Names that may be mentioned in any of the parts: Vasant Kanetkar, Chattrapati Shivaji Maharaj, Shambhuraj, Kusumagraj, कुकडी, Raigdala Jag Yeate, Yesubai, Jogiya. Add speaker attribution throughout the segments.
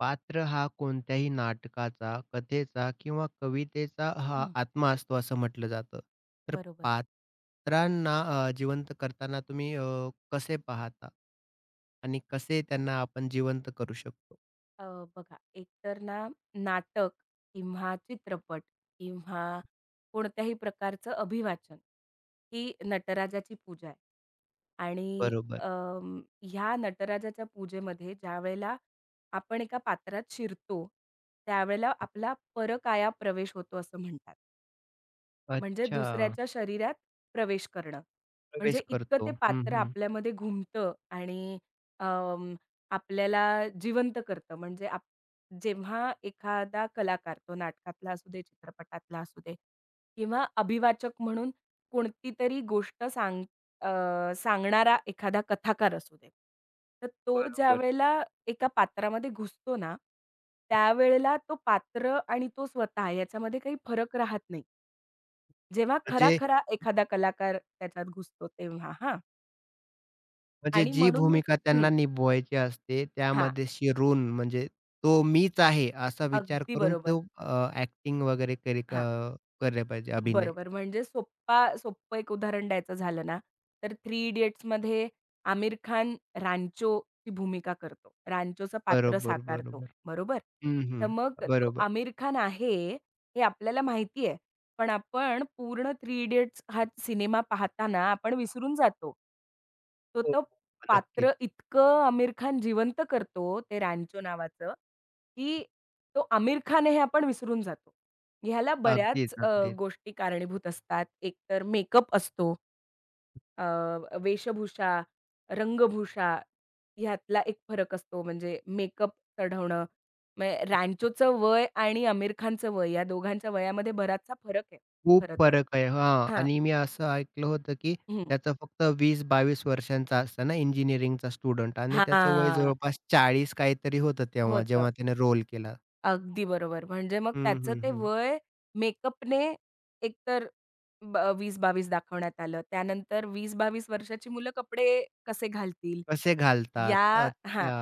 Speaker 1: पात्र हा कोणत्याही नाटकाचा, कथेचा किंवा कवितेचा हा
Speaker 2: हं,
Speaker 1: आत्मा असतो असं म्हटलं जातं. तर
Speaker 2: बरोबर.
Speaker 1: पात्रांना जिवंत करताना तुम्ही कसे पाहता? आणि कसे त्यांना आपण जिवंत करू शकतो?
Speaker 2: अ, बघा एकतर ना नाटक किंवा चित्रपट किंवा कोणत्याही प्रकारचं अभिवाचन ही नटराजाची पूजा आहे. आणि
Speaker 1: बरोबर.
Speaker 2: ह्या नटराजाच्या पूजेमध्ये ज्यावेळेला आपण एका पात्रात शिरतो, त्यावेळेला आपला परकाया प्रवेश होतो असं म्हणतात. म्हणजे
Speaker 1: अच्छा.
Speaker 2: दुसऱ्याच्या शरीरात प्रवेश करणं.
Speaker 1: प्रवेश
Speaker 2: म्हणजे इतकं ते
Speaker 1: करतो. हं,
Speaker 2: पात्र
Speaker 1: हं.
Speaker 2: आपल्यामध्ये घुमतं आणि अं, आपल्याला जिवंत करतं. म्हणजे आप जेव्हा एखादा कलाकार, तो नाटकातला असू दे, चित्रपटातला असू दे किंवा अभिवाचक म्हणून कोणती तरी गोष्ट सांग अ, सांगणारा एखादा कथाकार असू दे. तर तो
Speaker 1: बरोबर.
Speaker 2: ज्यावेळेला एका पात्रामध्ये घुसतो ना, त्यावेळेला तो पात्र आणि तो स्वतः याच्यामध्ये काही फरक राहत नाही. जेव्हा
Speaker 1: म्हणजे
Speaker 2: खरा-खरा एखादा कलाकार त्याच्यात घुसतो तेव्हा हां.
Speaker 1: म्हणजे
Speaker 2: आणि
Speaker 1: जी
Speaker 2: म्हणून मग
Speaker 1: भूमिका
Speaker 2: हं.
Speaker 1: त्यांना निभवायची असते
Speaker 2: हां.
Speaker 1: त्यामध्ये शिरून म्हणजे तो मीच आहे असा विचार
Speaker 2: अगदी
Speaker 1: करून
Speaker 2: बरोबर.
Speaker 1: तो वगैरे
Speaker 2: हां.
Speaker 1: केले पाहिजे अभिनय.
Speaker 2: बरोबर. म्हणजे सोप्पं एक उदाहरण द्यायचं झालं ना, तर थ्री इडियट्समध्ये आमिर खान रांचोची भूमिका करतो. रांचोचं पात्र
Speaker 1: बरोबर,
Speaker 2: साकारतो,
Speaker 1: बरोबर.
Speaker 2: बरोबर?
Speaker 1: हं,
Speaker 2: तर
Speaker 1: हं.
Speaker 2: मग तो
Speaker 1: बरोबर.
Speaker 2: आमिर खान आहे, हे आपल्याला माहिती आहे. पण आपण पूर्ण थ्री इडियट्स हा सिनेमा पाहताना आपण विसरून जातो. तो
Speaker 1: हो, हो.
Speaker 2: तो
Speaker 1: नक्कीच.
Speaker 2: पात्र इतकं आमिर खान जिवंत करतो, ते रांचो नावाचं, की तो आमिर खान आहे हे आपण विसरून जातो. ह्याला
Speaker 1: अगदीच,
Speaker 2: बऱ्याच
Speaker 1: अगदीच.
Speaker 2: गोष्टी कारणीभूत असतात. एकतर मेकअप असतो, अ, वेशभूषा, रंगभूषा ह्यातला एक फरक असतो. म्हणजे मेकअप चढवणं, म्हणजे रॅन्चोचं वय आणि आमिर खानचं वय या दोघांच्या वयामध्ये बराचसा फरक आहे
Speaker 1: खूप
Speaker 2: खरं तर.
Speaker 1: फरक आहे. हां,
Speaker 2: हां.
Speaker 1: आणि मी असं ऐकलं होतं, की
Speaker 2: हं.
Speaker 1: त्याचा फक्त 20-22 वर्षांचा असतो ना इंजिनिअरिंगचा स्टुडंट आणि त्याचं वय
Speaker 2: हां.
Speaker 1: जवळपास 40 काहीतरी होतं तेव्हा,
Speaker 2: होतं.
Speaker 1: जेव्हा त्याने रोल केला.
Speaker 2: अगदी बरोबर. म्हणजे मग
Speaker 1: हं,
Speaker 2: त्याचं
Speaker 1: हं,
Speaker 2: ते
Speaker 1: हं.
Speaker 2: वय मेकअपने एकतर 20-22 दाखवण्यात आलं. त्यानंतर 20-22 वर्षाची मुलं कपडे कसे घालतील?
Speaker 1: कसे घालतात?
Speaker 2: या हां.
Speaker 1: अच्छा.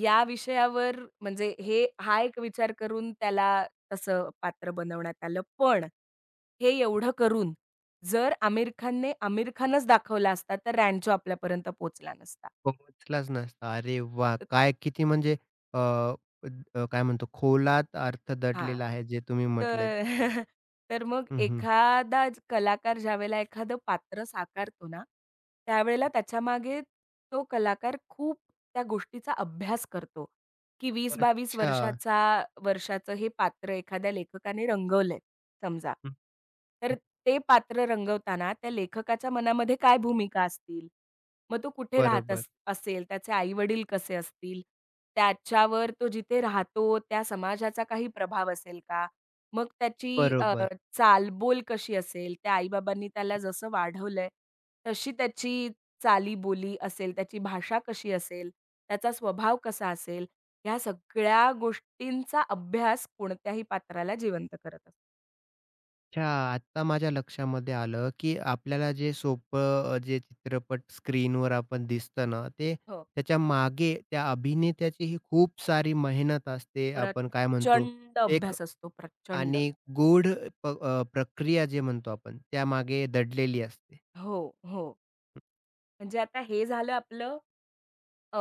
Speaker 2: या विषयावर म्हणजे हा एक विचार करून त्याला तसं पात्र बनवण्यात आलं. पण हे एवढं करून जर आमिर खानने आमिर खानच दाखवला असता, तर रॅन्चो आपल्यापर्यंत पोचला नसता.
Speaker 1: पोहोचलाच नसता. अरे वाह! काय किती म्हणजे अ, अ, काय म्हणतो, खोलात अर्थ दडलेला
Speaker 2: हां.
Speaker 1: आहे जे तुम्ही
Speaker 2: तर
Speaker 1: म्हटलेत.
Speaker 2: तर मग
Speaker 1: हं, हं.
Speaker 2: एखादा कलाकार ज्यावेळेला एखादं पात्र साकारतो ना, त्यावेळेला त्याच्यामागे तो कलाकार खूप त्या गोष्टीचा अभ्यास करतो, की 20-22
Speaker 1: अच्छा.
Speaker 2: वर्षाचा वर्षाचं हे पात्र एखाद्या लेखकाने रंगवलंय समजा.
Speaker 1: हं,
Speaker 2: तर
Speaker 1: हं.
Speaker 2: ते पात्र रंगवताना त्या लेखकाच्या मनामध्ये काय भूमिका असतील? मग तो कुठे राहत
Speaker 1: बरोबर.
Speaker 2: अस असेल, त्याचे आई-वडील कसे असतील, त्याच्यावर तो जिथे राहतो त्या समाजाचा काही प्रभाव असेल का? मग त्याची अ,
Speaker 1: बरोबर.
Speaker 2: चालबोल कशी असेल, त्याला जसं वाढवलंय, तशी त्याची चालीबोली असेल, त्याची भाषा कशी असेल, त्याचा स्वभाव कसा असेल, ह्या सगळ्या गोष्टींचा अभ्यास कोणत्याही पात्राला जिवंत करत असतो.
Speaker 1: अच्छा, आत्ता माझ्या लक्षामध्ये आलं, की आपल्याला जे सोपं जे चित्रपट स्क्रीनवर आपण दिसतं ना, ते
Speaker 2: हो.
Speaker 1: त्याच्या मागे त्या अभिनेत्याची ही खूप सारी मेहनत असते. आपण काय म्हणतो,
Speaker 2: प्रचंड
Speaker 1: एक
Speaker 2: अभ्यास असतो, प्रचंड.
Speaker 1: आणि गूढ प्रक्रिया जे म्हणतो आपण, त्यामागे दडलेली असते.
Speaker 2: हो, हो. म्हणजे आता हे झालं आपलं अ,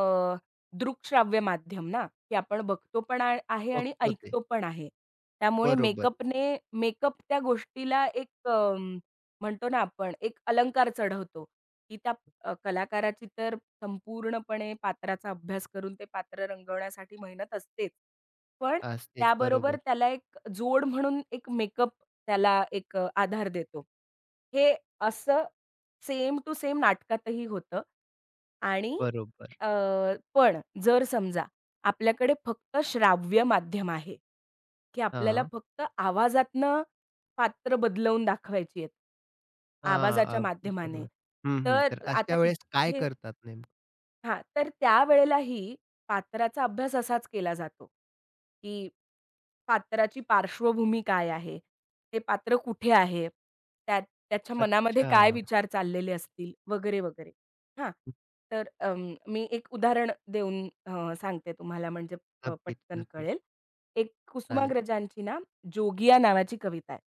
Speaker 2: दृकश्राव्य माध्यम ना, की आपण बघतो पण आहे आणि
Speaker 1: बघतो ते.
Speaker 2: ऐकतो पण आहे. त्यामुळे
Speaker 1: बरोबर.
Speaker 2: मेकअप त्या गोष्टीला एक म्हणतो ना आपण एक अलंकार चढवतो, की त्या कलाकाराची तर संपूर्णपणे पात्राचा अभ्यास करून ते पात्र रंगवण्यासाठी मेहनत असतेच. पण
Speaker 1: असतेच.
Speaker 2: त्याबरोबर
Speaker 1: बरोबर,
Speaker 2: त्याला एक जोड म्हणून एक मेकअप त्याला एक आधार देतो. हे असं सेम टू सेम नाटकातही होतं आणि
Speaker 1: बरोबर.
Speaker 2: अ, पण जर समजा आपल्याकडे फक्त श्राव्य माध्यम आहे, की आपल्याला
Speaker 1: हां.
Speaker 2: फक्त आवाजातनं पात्र बदलवून दाखवायची आहेत,
Speaker 1: हां,
Speaker 2: आवाजाच्या
Speaker 1: अगदी
Speaker 2: माध्यमाने.
Speaker 1: बरोबर. हं, हं.
Speaker 2: तर
Speaker 1: तर
Speaker 2: आता
Speaker 1: अशा वेळेस काय
Speaker 2: इथे
Speaker 1: करतात नेमकं?
Speaker 2: हां, तर त्यावेळेलाही पात्राचा अभ्यास असाच केला जातो, की पात्राची पार्श्वभूमी काय आहे? ते पात्र कुठे आहे? त्याच्या मनामध्ये काय
Speaker 1: अच्छा.
Speaker 2: विचार चाललेले असतील? वगैरे, वगैरे. हां, तर मी एक उदाहरण देऊन सांगते तुम्हाला म्हणजे
Speaker 1: नक्कीच,
Speaker 2: पटकन
Speaker 1: नक्कीच.
Speaker 2: कळेल. एक
Speaker 1: चालेल.
Speaker 2: कुसुमाग्रजांची ना, जोगिया नावाची कविता आहे.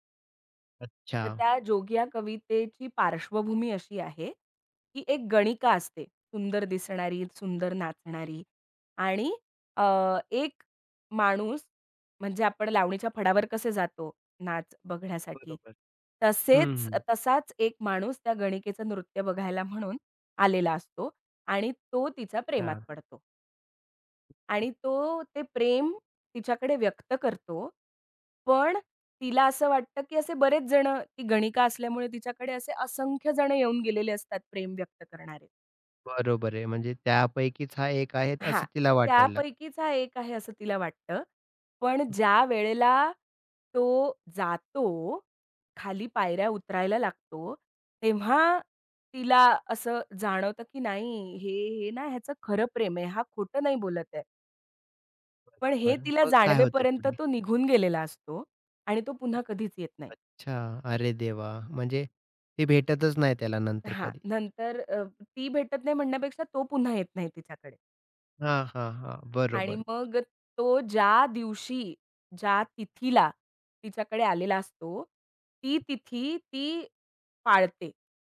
Speaker 1: अच्छा.
Speaker 2: तर त्या जोगी या कवितेची पार्श्वभूमी अशी आहे, की एक गणिका असते, सुंदर दिसणारी, सुंदर नाचणारी आणि अ, एक माणूस म्हणजे आपण लावणीच्या फडावर कसे जातो नाच बघण्यासाठी,
Speaker 1: बरोबर. हं, हं.
Speaker 2: तसाच एक माणूस त्या गणिकेचं नृत्य बघायला म्हणून आलेला असतो आणि तो तिच्या प्रेमात
Speaker 1: हां.
Speaker 2: पडतो. आणि तो ते प्रेम तिच्याकडे व्यक्त करतो. पण तिला असं वाटतं, की असे बरेच जणं ती गणिका असल्यामुळे तिच्याकडे असे असंख्य जणं येऊन गेलेले असतात प्रेम व्यक्त करणारे.
Speaker 1: बरोबर आहे. म्हणजे त्यापैकीच हा एक आहे
Speaker 2: हां,
Speaker 1: असं तिला वाटायला लागतं.
Speaker 2: त्यापैकीच हा एक आहे असं तिला वाटतं. पण ज्या वेळेला तो जातो, खाली पायऱ्या उतरायला लागतो, तेव्हा तिला असं जाणवतं, की नाही हे हे ना ह्याचं खरं प्रेम आहे. हा खोटं नाही बोलत आहे. पण हे
Speaker 1: बरोबर.
Speaker 2: तिला
Speaker 1: मग काय होते
Speaker 2: जाणवेपर्यंत
Speaker 1: पुढे?
Speaker 2: तो निघून गेलेला असतो आणि तो पुन्हा कधीच येत नाही.
Speaker 1: अच्छा. अरे देवा! म्हणजे ती भेटतच नाही त्याला नंतर
Speaker 2: हां,
Speaker 1: कधी.
Speaker 2: ती भेटत नाही म्हणण्यापेक्षा तो पुन्हा येत नाही तिच्याकडे
Speaker 1: हां, हां, हां.
Speaker 2: आणि
Speaker 1: बरोबर.
Speaker 2: मग तो ज्या दिवशी, ज्या तिथीला तिच्याकडे आलेला असतो, ती तिथी ती पाळते,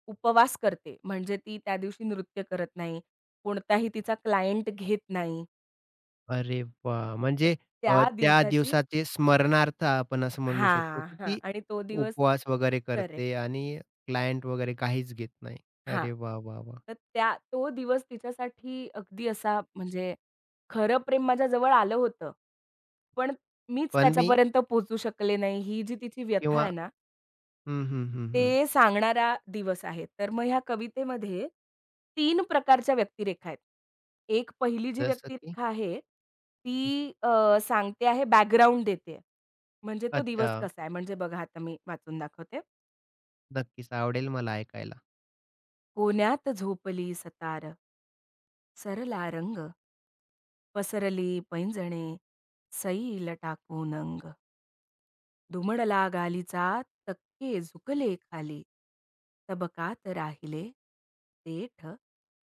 Speaker 2: उपवास करते. म्हणजे ती त्या दिवशी नृत्य करत नाही, कोणताही तिचा क्लायंट घेत नाही.
Speaker 1: अरे वाह!
Speaker 2: तर
Speaker 1: म्हणजे
Speaker 2: त्या
Speaker 1: त्या
Speaker 2: दिवसाची
Speaker 1: दिवसाचे स्मरणार्थ आपण असं म्हणू शकतो,
Speaker 2: हां,
Speaker 1: की
Speaker 2: हां
Speaker 1: ती
Speaker 2: आणि तो दिवस
Speaker 1: उपवास वगैरे
Speaker 2: करेक्ट.
Speaker 1: करते आणि क्लायंट वगैरे काहीच घेत नाही.
Speaker 2: हां.
Speaker 1: अरे वाह, वाह, वाह!
Speaker 2: तर तो दिवस तिच्यासाठी अगदी असा म्हणजे खरं प्रेम माझ्या जवळ आलं होतं. पण मीच
Speaker 1: पण मी
Speaker 2: त्याच्यापर्यंत पोहोचू शकले नाही, ही जी तिची व्यथा
Speaker 1: किंवा
Speaker 2: आहे ना,
Speaker 1: हं, हं, हं, हं.
Speaker 2: ते सांगणारा दिवस आहे. तर मग ह्या कवितेमध्ये 3 प्रकारच्या व्यक्तिरेखा आहेत. एक पहिली जी
Speaker 1: जसं की
Speaker 2: व्यक्तिरेखा आहे, ती सांगते आहे बॅकग्राऊंड देते. म्हणजे तो दिवस
Speaker 1: अच्छा.
Speaker 2: कसा आहे म्हणजे बघा आता मी वाचून दाखवते.
Speaker 1: नक्कीच आवडेल मला ऐकायला.
Speaker 2: कोण्यात झोपली सतार, सरला रंग. पसरली पैंजणे, सैल टाकून अंग, दुमडला गालीचा, तक्के झुकले खाली, तबकात राहिले देठ,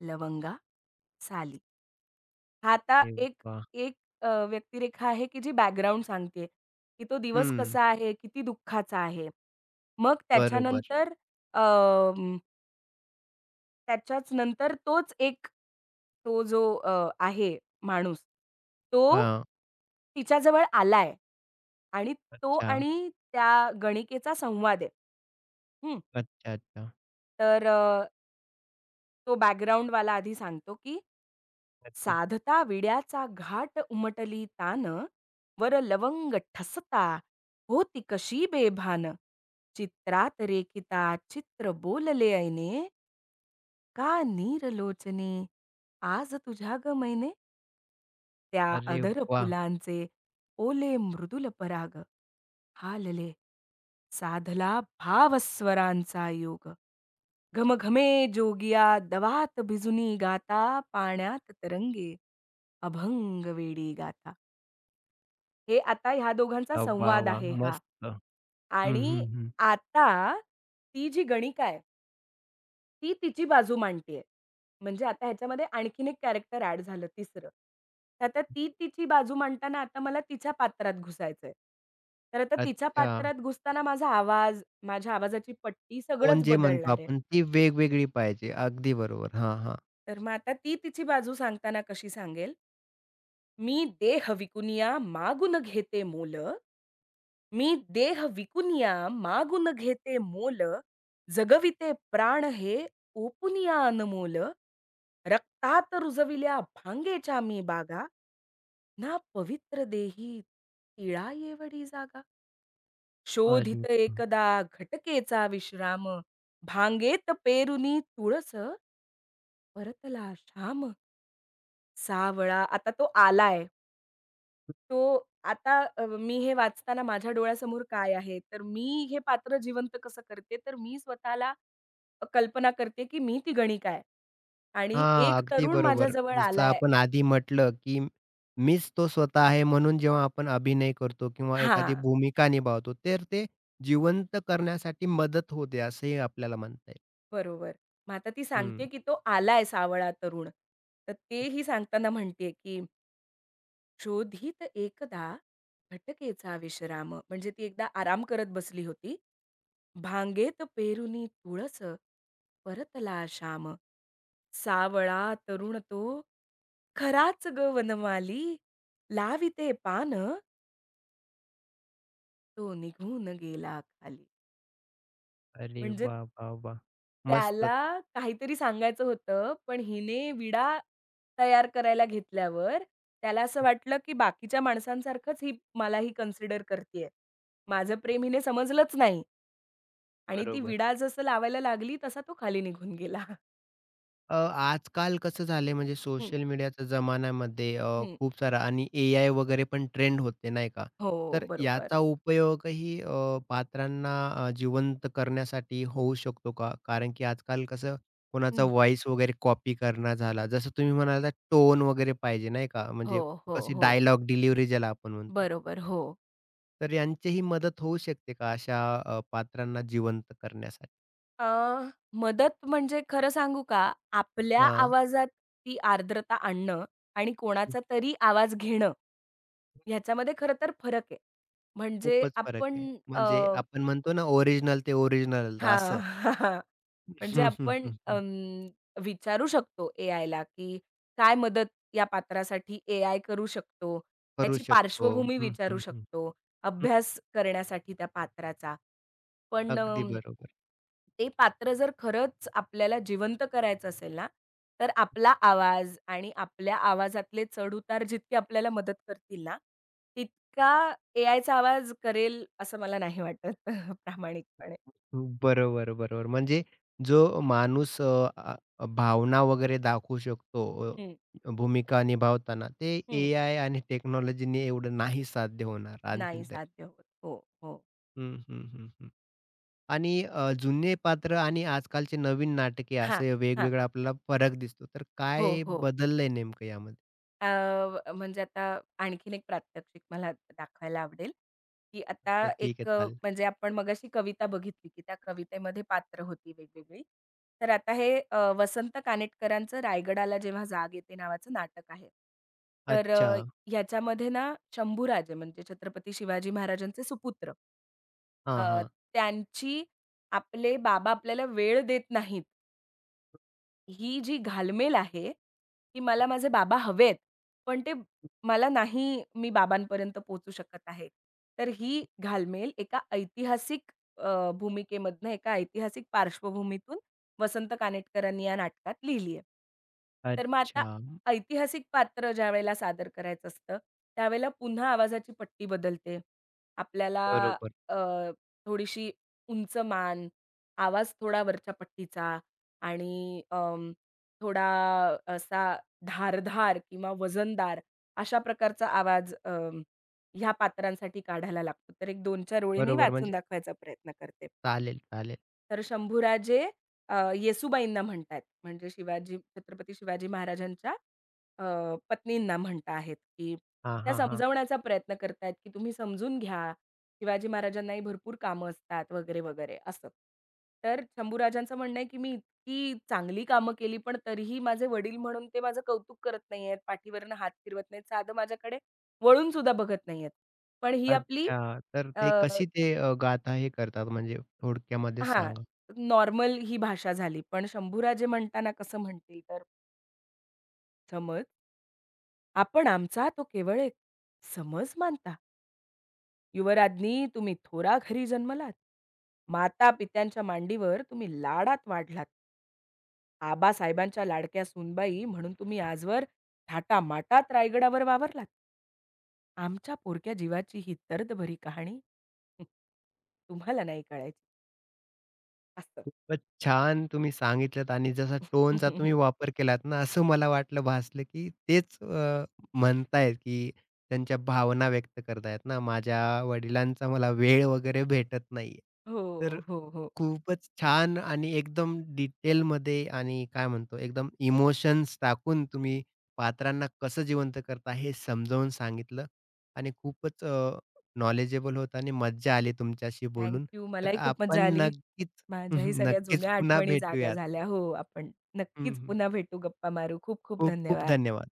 Speaker 2: लवंगा, साली. हा आता
Speaker 1: अरे
Speaker 2: एक
Speaker 1: वाह!
Speaker 2: एक अ, व्यक्तिरेखा आहे, की जी बॅकग्राऊंड सांगते, की तो दिवस
Speaker 1: हं,
Speaker 2: कसा आहे, किती दुःखाचा आहे. मग
Speaker 1: बरोबर.
Speaker 2: त्याच्याच नंतर तोच एक तो जो आहे माणूस, तो
Speaker 1: हां.
Speaker 2: तिच्याजवळ आलाय आणि तो
Speaker 1: अच्छा,
Speaker 2: आणि त्या गणिकेचा संवाद आहे. हं.
Speaker 1: अच्छा, अच्छा.
Speaker 2: तर तो बॅकग्राऊंडवाला आधी सांगतो, की
Speaker 1: नक्कीच.
Speaker 2: "साधता विड्याचा घाट उमटली तान, वर लवंग ठसता होती कशी बेभान. चित्रात रेखिता चित्र बोलले ऐने, का नीरलोचने आज तुझ्या ग मैने त्या
Speaker 1: अरे
Speaker 2: अधर
Speaker 1: वाह!
Speaker 2: फुलांचे ओले मृदुल पराग हालले साधला भावस्वरांचा योग घमघमे जोगिया दवात भिजुनी गाता पाण्यात तरंगे अभंग वेडी गाता हे आता ह्या दोघांचा
Speaker 1: वाह,
Speaker 2: संवाद
Speaker 1: वाह!
Speaker 2: आहे हा
Speaker 1: मस्त. हं,
Speaker 2: आणि
Speaker 1: हं, हं.
Speaker 2: आता ती जी गणिका आहे ती तिची बाजू मांडतीये. म्हणजे आता ह्याच्यामध्ये आणखीन एक कॅरेक्टर ॲड झालं तिसरं. तर आता ती तिची बाजू मांडताना आता मला तिच्या पात्रात घुसायचंय. तर आता तिच्या
Speaker 1: अच्छा.
Speaker 2: पात्रात घुसताना माझा आवाज, माझ्या आवाजाची पट्टी
Speaker 1: टोन
Speaker 2: सगळंच
Speaker 1: जे म्हणतो
Speaker 2: बदलणार आहे.
Speaker 1: आपण ती वेगवेगळी पाहिजे. अगदी बरोबर. हां, हां.
Speaker 2: तर मग आता ती तिची बाजू सांगताना कशी सांगेल? "मी देह विकुनिया मागून घेते मोल" मी देह विकून या, मागून घेते मोल, जगविते प्राण हे ओपून या अनमोल. रक्तात रुजविल्या भांगेच्या मी बागा, ना पवित्र देही तिळा येवडी जागा.
Speaker 1: अरे
Speaker 2: शोधित
Speaker 1: वाह!
Speaker 2: एकदा घटकेचा विश्राम, भांगेत पेरुनी तुळस, परतला श्याम सावळा. आता तो आलाय. तो आता मी हे वाचताना माझ्या डोळ्यासमोर काय आहे? तर मी हे पात्र जिवंत कसं करते? तर मी स्वतःला कल्पना करते, की मी ती गणिका आहे आणि
Speaker 1: हां,
Speaker 2: एक
Speaker 1: अगदी
Speaker 2: तरुण
Speaker 1: बरोबर.
Speaker 2: माझ्याजवळ
Speaker 1: जसं
Speaker 2: आलाय
Speaker 1: आपण आधी म्हटलं, की मीच तो स्वतः आहे, म्हणून जेव्हा आपण अभिनय करतो किंवा एखादी
Speaker 2: हां,
Speaker 1: भूमिका निभावतो, तर ते जिवंत करण्यासाठी मदत होते असंही आपल्याला म्हणता येईल.
Speaker 2: बरोबर. मग आता ती
Speaker 1: हं.
Speaker 2: सांगते, की तो आलाय सावळा तरुण. तर तेही सांगताना म्हणते, की "शोधित एकदा भटकेचा विश्राम." म्हणजे ती एकदा आराम करत बसली होती. "भांगेत पेरुनी तुळस, परतला श्याम." सावळा तरुण तो, खराच ग वनमाली, लाविते पान, तो निघून गेला खाली.
Speaker 1: अरे
Speaker 2: म्हणजे
Speaker 1: वाह, वाह, वाह! मस्तच.
Speaker 2: त्याला काहीतरी सांगायचं होतं, पण हिने विडा तयार करायला घेतल्यावर त्याला असं वाटलं, की बाकीच्या माणसांसारखंच ही मलाही कन्सिडर करतीये. माझं प्रेम हिने समजलंच नाही आणि ती
Speaker 1: बरोबर.
Speaker 2: विडा जसं लावायला लागली, तसा तो खाली निघून गेला.
Speaker 1: आजकाल कसं झालंय, म्हणजे
Speaker 2: हं,
Speaker 1: सोशल मीडियाच्या जमान्यामध्ये
Speaker 2: हं.
Speaker 1: खूप सारा आणि एआय वगैरे पण ट्रेंड होते नाही का?
Speaker 2: हो,
Speaker 1: तर
Speaker 2: बरोबर.
Speaker 1: याचा उपयोगही पात्रांना जिवंत करण्यासाठी होऊ शकतो का? कारण की आजकाल कसं, कोणाचा
Speaker 2: हं.
Speaker 1: व्हॉईस वगैरे कॉपी करणं झाला. जसं तुम्ही म्हणालात टोन वगैरे पाहिजे नाही का?
Speaker 2: हो,
Speaker 1: म्हणजे
Speaker 2: हो,
Speaker 1: कशी
Speaker 2: हो.
Speaker 1: डायलॉग डिलिव्हरी ज्याला आपण म्हणतो.
Speaker 2: बरोबर, हो.
Speaker 1: तर यांचीही मदत होऊ शकते का अशा पात्रांना जिवंत करण्यासाठी?
Speaker 2: अ, मदत म्हणजे खरं सांगू का, आपल्या
Speaker 1: हां.
Speaker 2: आवाजात ती आर्द्रता आणणं आणि कोणाचा तरी आवाज घेणं, ह्याच्यामध्ये खरं तर फरक आहे. म्हणजे
Speaker 1: खूपच फरक
Speaker 2: आपण
Speaker 1: आहे.
Speaker 2: अ,
Speaker 1: म्हणजे आपण म्हणतो ना, ओरिजिनल ते ओरिजिनलच
Speaker 2: हां.
Speaker 1: असं.
Speaker 2: म्हणजे
Speaker 1: हं, हं,
Speaker 2: आपण
Speaker 1: हं, हं.
Speaker 2: विचारू शकतो एआयला, की काय मदत या पात्रासाठी एआय करू शकतो?
Speaker 1: करू
Speaker 2: त्याची
Speaker 1: शकतो.
Speaker 2: पार्श्वभूमी
Speaker 1: हं,
Speaker 2: विचारू
Speaker 1: हं, हं,
Speaker 2: शकतो,
Speaker 1: हं.
Speaker 2: अभ्यास करण्यासाठी त्या पात्राचा. पण
Speaker 1: अगदी बरोबर.
Speaker 2: ते पात्र जर खरंच आपल्याला जिवंत करायचं असेल ना, तर आपला आवाज आणि आपल्या आवाजातले चढ जितके आपल्याला मदत करतील ना, तितका एआयचा आवाज करेल असं मला नाही वाटत प्रामाणिकपणे.
Speaker 1: बरोबर, बरोबर. म्हणजे जो माणूस भावना वगैरे दाखवू शकतो भूमिका निभावताना, ते
Speaker 2: हं.
Speaker 1: एआय आणि टेक्नॉलॉजीने एवढं नाही साध्य होणार आणखीन
Speaker 2: नाही
Speaker 1: तरी.
Speaker 2: साध्य होत. हो, हो.
Speaker 1: हं, हं, हं, हं. आणि जुने पात्र आणि आजकालचे नवीन नाटके
Speaker 2: हां,
Speaker 1: असे
Speaker 2: हां.
Speaker 1: वेगवेगळा आपल्याला फरक दिसतो. तर
Speaker 2: हो,
Speaker 1: काय
Speaker 2: हो.
Speaker 1: बदललंय नेमकं यामध्ये?
Speaker 2: म्हणजे आता आणखीन एक प्रात्यक्षिक मला दाखवायला आवडेल, की आता
Speaker 1: अच्छा, ठीक आहे, चालेल.
Speaker 2: म्हणजे आपण मगाशी कविता बघितली, की त्या कवितेमध्ये पात्र होती वेगवेगळी. तर आता हे वसंत कानेटकरांचं रायगडाला जेव्हा जाग येते नावाचं नाटक आहे. तर
Speaker 1: अच्छा.
Speaker 2: ह्याच्यामध्ये ना शंभूराजे म्हणजे छत्रपती शिवाजी महाराजांचे सुपुत्र. अ,
Speaker 1: हां, हां.
Speaker 2: त्यांची आपले बाबा आपल्याला वेळ देत नाहीत. ही जी घालमेल आहे, की मला माझे बाबा हवेत, पण ते मला नाही मी बाबांपर्यंत पोहोचू शकत आहे. तर ही घालमेल एका ऐतिहासिक भूमिकेमधनं, एका ऐतिहासिक पार्श्वभूमीतून वसंत कानेटकरांनी या नाटकात लिहिली आहे. तर मग आता
Speaker 1: अच्छा.
Speaker 2: ऐतिहासिक पात्र ज्यावेळेला सादर करायचं असतं, त्यावेळेला पुन्हा आवाजाची पट्टी बदलते. आपल्याला
Speaker 1: बरोबर,
Speaker 2: अ, थोडीशी उंच मान, आवाज थोडा वरच्या पट्टीचा आणि थोडा असा धारदार किंवा वजनदार अशा प्रकारचा आवाज ह्या पात्रांसाठी काढायला लागतो. तर एक 2-4 ओळी मी
Speaker 1: बरोबर.
Speaker 2: वाचून
Speaker 1: म्हणजे
Speaker 2: दाखवायचा प्रयत्न करते.
Speaker 1: चालेल, चालेल.
Speaker 2: तर शंभूराजे येसूबाईंना म्हणतायत. म्हणजे शिवाजी छत्रपती शिवाजी महाराजांच्या पत्नींना म्हणत आहेत, की
Speaker 1: हां,
Speaker 2: त्या
Speaker 1: हां, हां.
Speaker 2: समजावण्याचा प्रयत्न करतायत, की तुम्ही समजून घ्या. शिवाजी महाराजांनाही भरपूर कामं असतात वगैरे, वगैरे असं. तर शंभूराजांचं म्हणणं आहे, की मी इतकी चांगली कामं केली, पण तरीही माझे वडील म्हणून ते माझं कौतुक करत नाहीयेत, पाठीवरनं हात फिरवत नाहीत, साधं माझ्याकडे वळून सुद्धा बघत नाहीयेत. पण ही आपली
Speaker 1: अच्छा. तर ते कशी ते गाथा हे करतात म्हणजे थोडक्यामध्ये
Speaker 2: हां,
Speaker 1: सांगा?
Speaker 2: नॉर्मल ही भाषा झाली. पण शंभूराजे म्हणताना कसं म्हणतील तर समज आपण आमचा तो केवळ एक समज मानता. युवराज्ञी तुम्ही थोरा घरी जन्मलात. माता-पित्यांच्या मांडीवर तुम्ही लाडात वाढलात. आबासाहेबांच्या लाडक्या सूनबाई म्हणून तुम्ही आजवर थाटामाटात रायगडावर वावरलात. आमच्या पोरक्या जीवाची ही दर्दभरी कहाणी तुम्हाला नाही कळायची असं.
Speaker 1: खूपच छान तुम्ही सांगितलत, आणि जसा टोनचा तुम्ही वापर केलात ना, असं मला वाटलं, भासलं, की तेच म्हणतायत, की त्यांच्या भावना व्यक्त करतायत ना, माझ्या वडिलांचा मला वेळ वगैरे भेटत नाहीये.
Speaker 2: हो,
Speaker 1: तर
Speaker 2: हो, हो.
Speaker 1: खूपच छान आणि एकदम डिटेलमध्ये आणि काय म्हणतो, एकदम इमोशन्स टाकून तुम्ही पात्रांना कसं जिवंत करता हे समजावून सांगितलं, आणि खूपच नॉलेजेबल होतं आणि मज्जा आली तुमच्याशी
Speaker 2: थँक
Speaker 1: बोलून.
Speaker 2: यू.
Speaker 1: तर
Speaker 2: मलाही खूप
Speaker 1: आपण
Speaker 2: मजा आली.
Speaker 1: नक्कीच,
Speaker 2: माझ्याही सगळ्या
Speaker 1: नक्कीच
Speaker 2: जुन्या
Speaker 1: पुन्हा
Speaker 2: आठवणी जाग्या
Speaker 1: भेटूयात.
Speaker 2: झाल्या. हो, आपण नक्कीच
Speaker 1: हं,
Speaker 2: पुन्हा भेटू, गप्पा मारू. खूप खूप
Speaker 1: खूप खूप
Speaker 2: धन्यवाद.
Speaker 1: धन्यवाद.